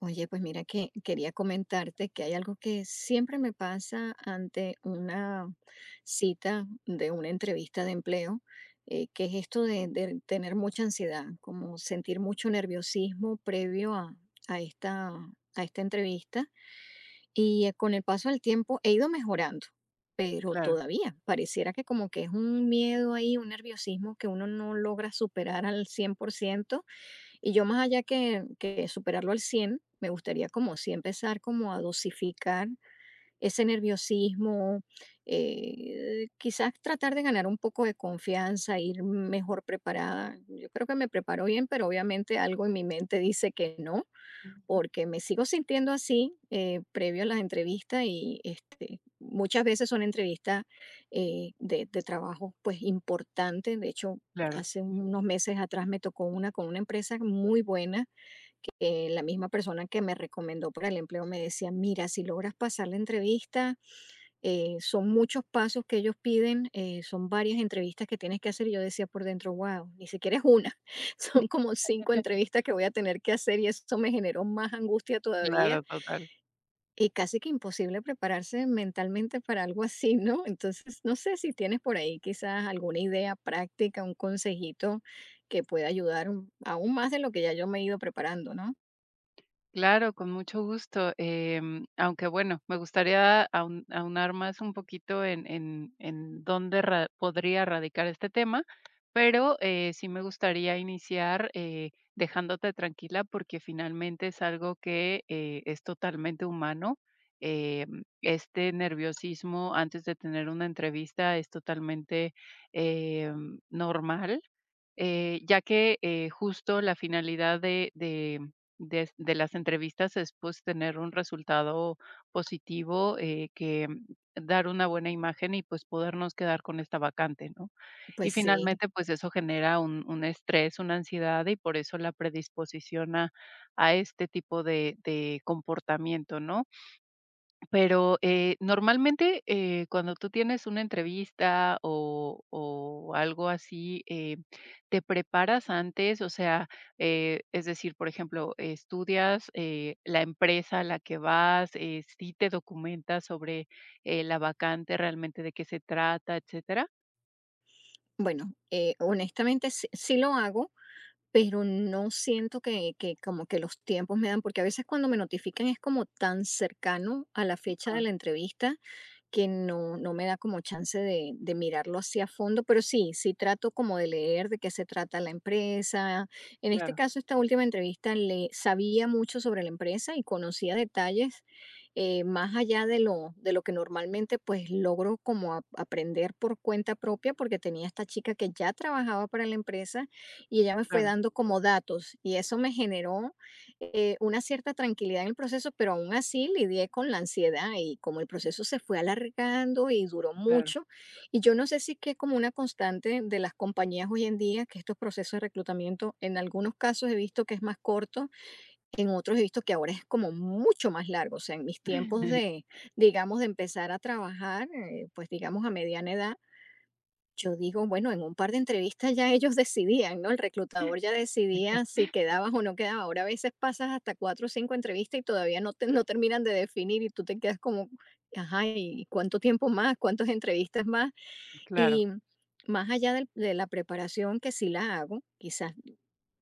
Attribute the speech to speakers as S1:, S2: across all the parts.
S1: Oye, pues mira que quería comentarte que hay algo que siempre me pasa ante una cita de una entrevista de empleo, que es esto de tener mucha ansiedad, como sentir mucho nerviosismo previo a esta, a esta entrevista. Y con el paso del tiempo he ido mejorando, pero
S2: Claro,
S1: todavía pareciera que como que es un miedo ahí, un nerviosismo que uno no logra superar al 100%. Y yo más allá que superarlo al 100 me gustaría como sí empezar como a dosificar ese nerviosismo, quizás tratar de ganar un poco de confianza, ir mejor preparada. Yo creo que me preparo bien, pero obviamente algo en mi mente dice que no porque me sigo sintiendo así previo a las entrevistas y este, muchas veces son entrevistas de trabajo pues importante. De hecho,
S2: claro.
S1: hace unos meses atrás me tocó una con una empresa muy buena, que la misma persona que me recomendó para el empleo me decía, mira, si logras pasar la entrevista, son muchos pasos que ellos piden, son varias entrevistas que tienes que hacer. Y yo decía por dentro, wow, ni siquiera es una, son como 5 entrevistas que voy a tener que hacer y eso me generó más angustia todavía
S2: Claro, total.
S1: y casi que imposible prepararse mentalmente para algo así, ¿no? Entonces, no sé si tienes por ahí quizás alguna idea práctica, un consejito que pueda ayudar aún más de lo que ya yo me he ido preparando, ¿no?
S2: Claro, con mucho gusto. Aunque bueno, me gustaría aunar más un poquito en dónde podría radicar este tema, pero sí me gustaría iniciar dejándote tranquila porque finalmente es algo que es totalmente humano. Este nerviosismo antes de tener una entrevista es totalmente normal. Ya que, justo la finalidad de las entrevistas es, pues, tener un resultado positivo, que dar una buena imagen y, pues, podernos quedar con esta vacante, ¿no?
S1: Pues
S2: Y
S1: sí,
S2: finalmente, pues, eso genera un estrés, una ansiedad y por eso la predisposición a este tipo de comportamiento, ¿no? Pero, normalmente, cuando tú tienes una entrevista o algo así, ¿te preparas antes? O sea, es decir, por ejemplo, estudias, la empresa a la que vas, ¿sí te documentas sobre, la vacante, realmente de qué se trata, etcétera?
S1: bueno, honestamente sí lo hago. Pero no siento que como que los tiempos me dan, porque a veces cuando me notifican es como tan cercano a la fecha de
S2: Ah,
S1: la entrevista, que no, no me da como chance de mirarlo así a fondo, pero sí, sí trato como de leer de qué se trata la empresa. En este
S2: claro,
S1: caso, esta última entrevista le sabía mucho sobre la empresa y conocía detalles más allá de lo que normalmente pues logro como aprender por cuenta propia, porque tenía esta chica que ya trabajaba para la empresa y ella me fue
S2: claro,
S1: dando como datos y eso me generó una cierta tranquilidad en el proceso, pero aún así lidié con la ansiedad y como el proceso se fue alargando y duró
S2: claro.
S1: mucho, y yo no sé si es que es como una constante de las compañías hoy en día, que estos procesos de reclutamiento en algunos casos he visto que es más corto, en otros he visto que ahora es como mucho más largo, o sea, en mis tiempos de, digamos, de empezar a trabajar, pues digamos a mediana edad, yo digo, bueno, en un par de entrevistas ya ellos decidían, ¿no? El reclutador ya decidía si quedabas o no quedabas. Ahora a veces pasas hasta cuatro o cinco entrevistas y todavía no, no terminan de definir y tú te quedas como, ajá, ¿y cuánto tiempo más? ¿Cuántas entrevistas más?
S2: Claro.
S1: Y más allá de la preparación que sí la hago, quizás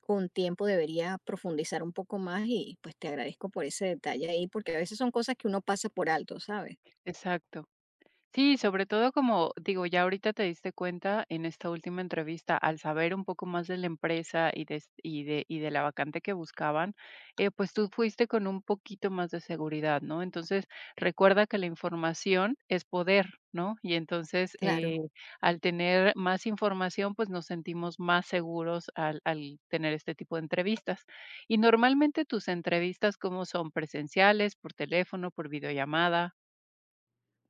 S1: con tiempo debería profundizar un poco más y pues te agradezco por ese detalle ahí, porque a veces son cosas que uno pasa por alto, ¿sabes?
S2: Exacto. Sí, sobre todo como digo, ya ahorita te diste cuenta en esta última entrevista, al saber un poco más de la empresa y de, y de, y de la vacante que buscaban, pues tú fuiste con un poquito más de seguridad, ¿no? Entonces, recuerda que la información es poder, ¿no? Y entonces,
S1: Claro.
S2: al tener más información, pues nos sentimos más seguros al, al tener este tipo de entrevistas. Y normalmente tus entrevistas, ¿cómo son? ¿Presenciales, por teléfono, por videollamada?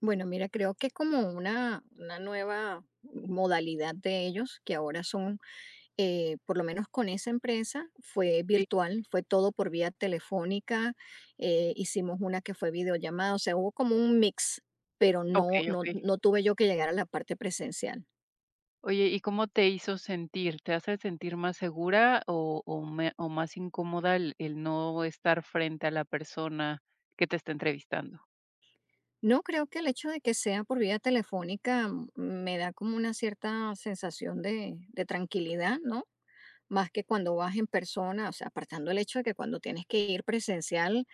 S1: Bueno, mira, creo que como una nueva modalidad de ellos, que ahora son, por lo menos con esa empresa, fue
S2: Sí,
S1: virtual, fue todo por vía telefónica, hicimos una que fue videollamada, o sea, hubo como un mix, pero
S2: ok, ok.
S1: no tuve yo que llegar a la parte presencial.
S2: Oye, ¿y cómo te hizo sentir? ¿Te hace sentir más segura o, o más incómoda el no estar frente a la persona que te está entrevistando?
S1: No creo que el hecho de que sea por vía telefónica me da como una cierta sensación de tranquilidad, ¿no? Más que cuando vas en persona, o sea, apartando el hecho de que cuando tienes que ir presencial,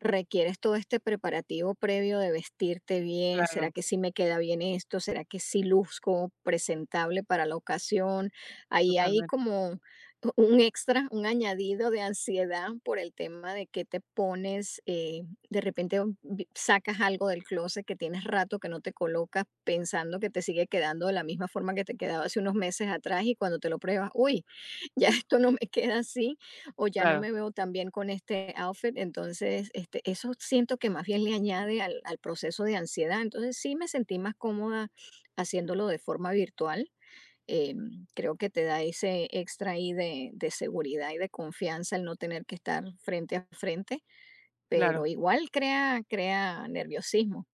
S1: requieres todo este preparativo previo de vestirte bien, ¿será
S2: Claro,
S1: que sí me queda bien esto? ¿Será que sí luzco presentable para la ocasión? Ahí hay
S2: totalmente,
S1: como un extra, un añadido de ansiedad por el tema de que te pones, de repente sacas algo del closet que tienes rato que no te colocas pensando que te sigue quedando de la misma forma que te quedaba hace unos meses atrás y cuando te lo pruebas, uy, ya esto no me queda así, o ya no
S2: claro,
S1: me veo tan bien con este outfit, entonces, este, eso siento que más bien le añade al proceso de ansiedad. Entonces, sí me sentí más cómoda haciéndolo de forma virtual, creo que te da ese extra ahí de seguridad y de confianza el no tener que estar frente a frente, pero
S2: claro.
S1: igual crea nerviosismo.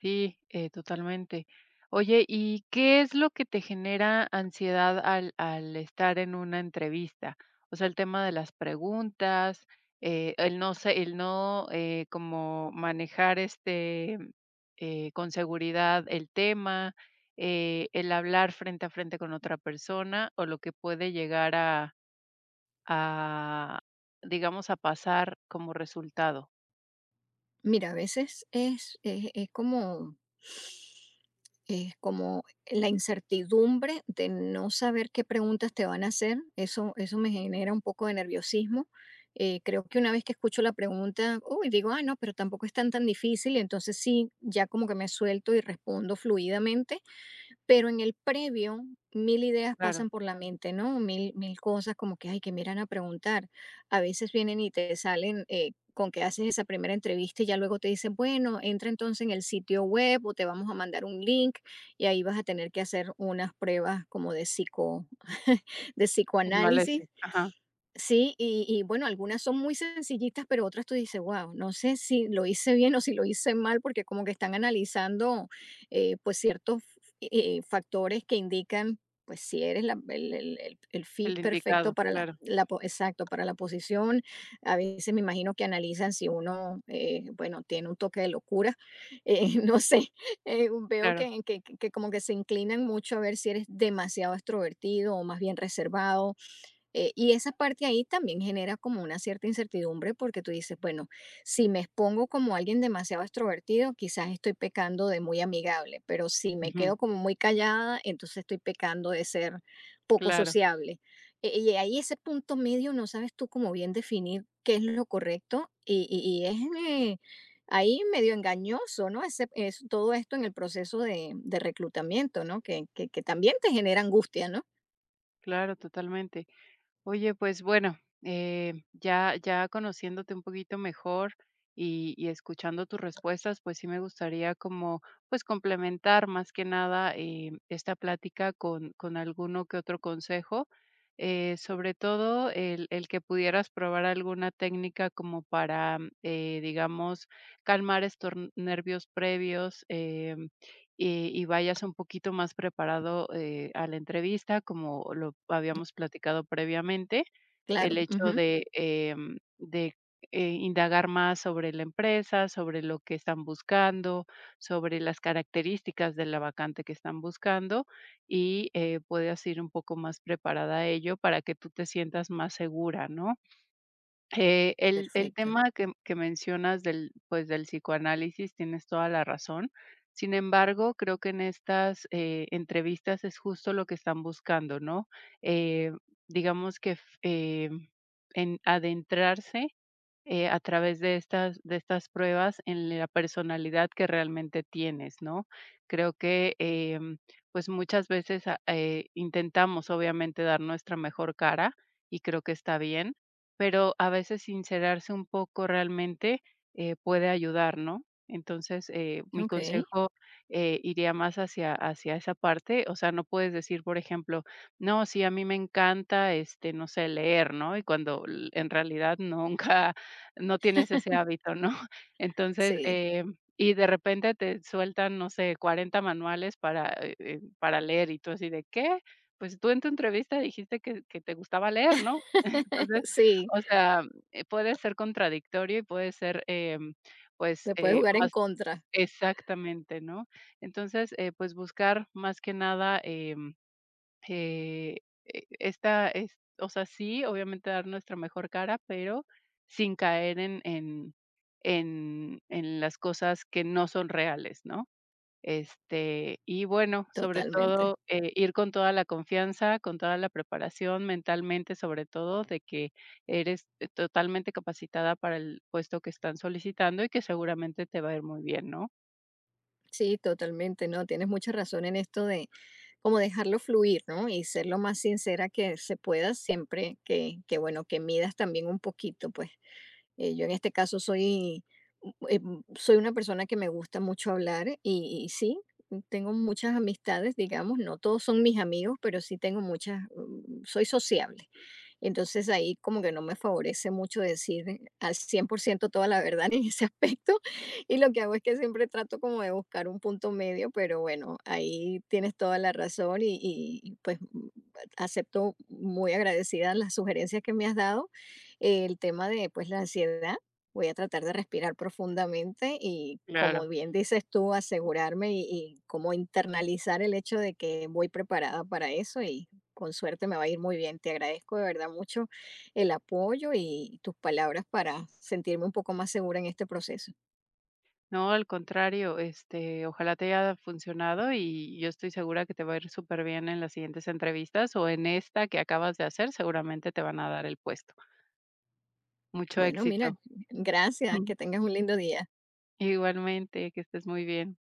S2: Sí, totalmente. Oye, ¿y qué es lo que te genera ansiedad al, al estar en una entrevista? O sea, el tema de las preguntas, el no sé, el no como manejar este con seguridad el tema, el hablar frente a frente con otra persona o lo que puede llegar a, digamos, a pasar como resultado.
S1: Mira, a veces es como. Es como la incertidumbre de no saber qué preguntas te van a hacer, eso me genera un poco de nerviosismo. Creo que una vez que escucho la pregunta, uy, digo: "Ah, no, pero tampoco es tan difícil", y entonces sí, ya como que me suelto y respondo fluidamente, pero en el previo, mil ideas
S2: Claro,
S1: pasan por la mente, ¿no? Mil, cosas como que, ay, que me irán a preguntar. A veces vienen y te salen con que haces esa primera entrevista y ya luego te dicen, bueno, entra entonces en el sitio web o te vamos a mandar un link y ahí vas a tener que hacer unas pruebas como de psico, de
S2: que no es,
S1: psicoanálisis.
S2: ajá,
S1: Sí, y bueno, algunas son muy sencillitas, pero otras tú dices: "Guau, no sé si lo hice bien o si lo hice mal", porque como que están analizando, ciertos, factores que indican, pues, si eres la el fit
S2: el
S1: perfecto
S2: indicado,
S1: para la
S2: claro,
S1: la po exacto, para la posición. A veces me imagino que analizan si uno, bueno, tiene un toque de locura, no sé, veo
S2: claro.
S1: que como que se inclinan mucho a ver si eres demasiado extrovertido o más bien reservado, y esa parte ahí también genera como una cierta incertidumbre porque tú dices, bueno, si me expongo como alguien demasiado extrovertido, quizás estoy pecando de muy amigable, pero si me
S2: Ujú,
S1: quedo como muy callada, entonces estoy pecando de ser poco
S2: claro,
S1: sociable. Y ahí ese punto medio no sabes tú como bien definir qué es lo correcto y es eh, ahí medio engañoso, ¿no? Es, todo esto en el proceso de reclutamiento, ¿no? Que también te genera angustia, ¿no?
S2: claro, totalmente. Oye, pues bueno, ya, ya conociéndote un poquito mejor y escuchando tus respuestas, pues sí me gustaría como pues complementar más que nada esta plática con alguno que otro consejo, sobre todo el que pudieras probar alguna técnica como para, digamos, calmar estos nervios previos. Y y vayas un poquito más preparado, a la entrevista, como lo habíamos platicado previamente, el
S1: Claro,
S2: hecho
S1: ujú,
S2: de, de, indagar más sobre la empresa, sobre lo que están buscando, sobre las características de la vacante que están buscando y, puedas ir un poco más preparada a ello para que tú te sientas más segura, ¿no? El el
S1: perfecto.
S2: tema que mencionas del, pues, del psicoanálisis, tienes toda la razón. Sin embargo, creo que en estas, entrevistas es justo lo que están buscando, ¿no? Eh, digamos que en adentrarse a través de estas pruebas en la personalidad que realmente tienes, ¿no? Creo que, pues, muchas veces, a intentamos, obviamente, dar nuestra mejor cara, y creo que está bien, pero a veces sincerarse un poco realmente, puede ayudar, ¿no? Entonces, mi
S1: Okey,
S2: consejo, iría más hacia esa parte, o sea, no puedes decir, por ejemplo: "No, sí, a mí me encanta, este, no sé, leer", ¿no? Y cuando l en realidad nunca no tienes ese hábito, ¿no? Entonces,
S1: sí,
S2: y de repente te sueltan, no sé, 40 manuales para leer, y tú así de, ¿qué? Pues tú en tu entrevista dijiste que te gustaba leer, ¿no? Entonces,
S1: sí,
S2: o sea, puede ser contradictorio y puede ser, pues,
S1: te puede jugar en
S2: más
S1: contra,
S2: exactamente, ¿no? Entonces, pues buscar más que nada, eh, esta es o sea, sí, obviamente dar nuestra mejor cara, pero sin caer en las cosas que no son reales, ¿no? Este, y bueno, sobre
S1: totalmente.
S2: todo, ir con toda la confianza, con toda la preparación mentalmente, sobre todo, de que eres totalmente capacitada para el puesto que están solicitando y que seguramente te va a ir muy bien, ¿no?
S1: Sí, totalmente, no, tienes mucha razón en esto de como dejarlo fluir, ¿no? Y ser lo más sincera que se pueda siempre bueno, que midas también un poquito, pues. Yo en este caso soy, eh, soy una persona que me gusta mucho hablar y sí, tengo muchas amistades, digamos, no todos son mis amigos, pero sí tengo muchas, mm, soy sociable. Entonces ahí como que no me favorece mucho decir al 100% toda la verdad en ese aspecto y lo que hago es que siempre trato como de buscar un punto medio, pero bueno, ahí tienes toda la razón y, pues acepto muy agradecida las sugerencias que me has dado el tema de, pues, la ansiedad, voy a tratar de respirar profundamente y,
S2: Claro.
S1: como bien dices tú, asegurarme y como internalizar el hecho de que voy preparada para eso y con suerte me va a ir muy bien. Te agradezco de verdad mucho el apoyo y tus palabras para sentirme un poco más segura en este proceso.
S2: No, al contrario, este, ojalá te haya funcionado y yo estoy segura que te va a ir súper bien en las siguientes entrevistas o en esta que acabas de hacer, seguramente te van a dar el puesto. Mucho
S1: Bueno, mira,
S2: éxito.
S1: gracias, que tengas un lindo día.
S2: Igualmente, que estés muy bien.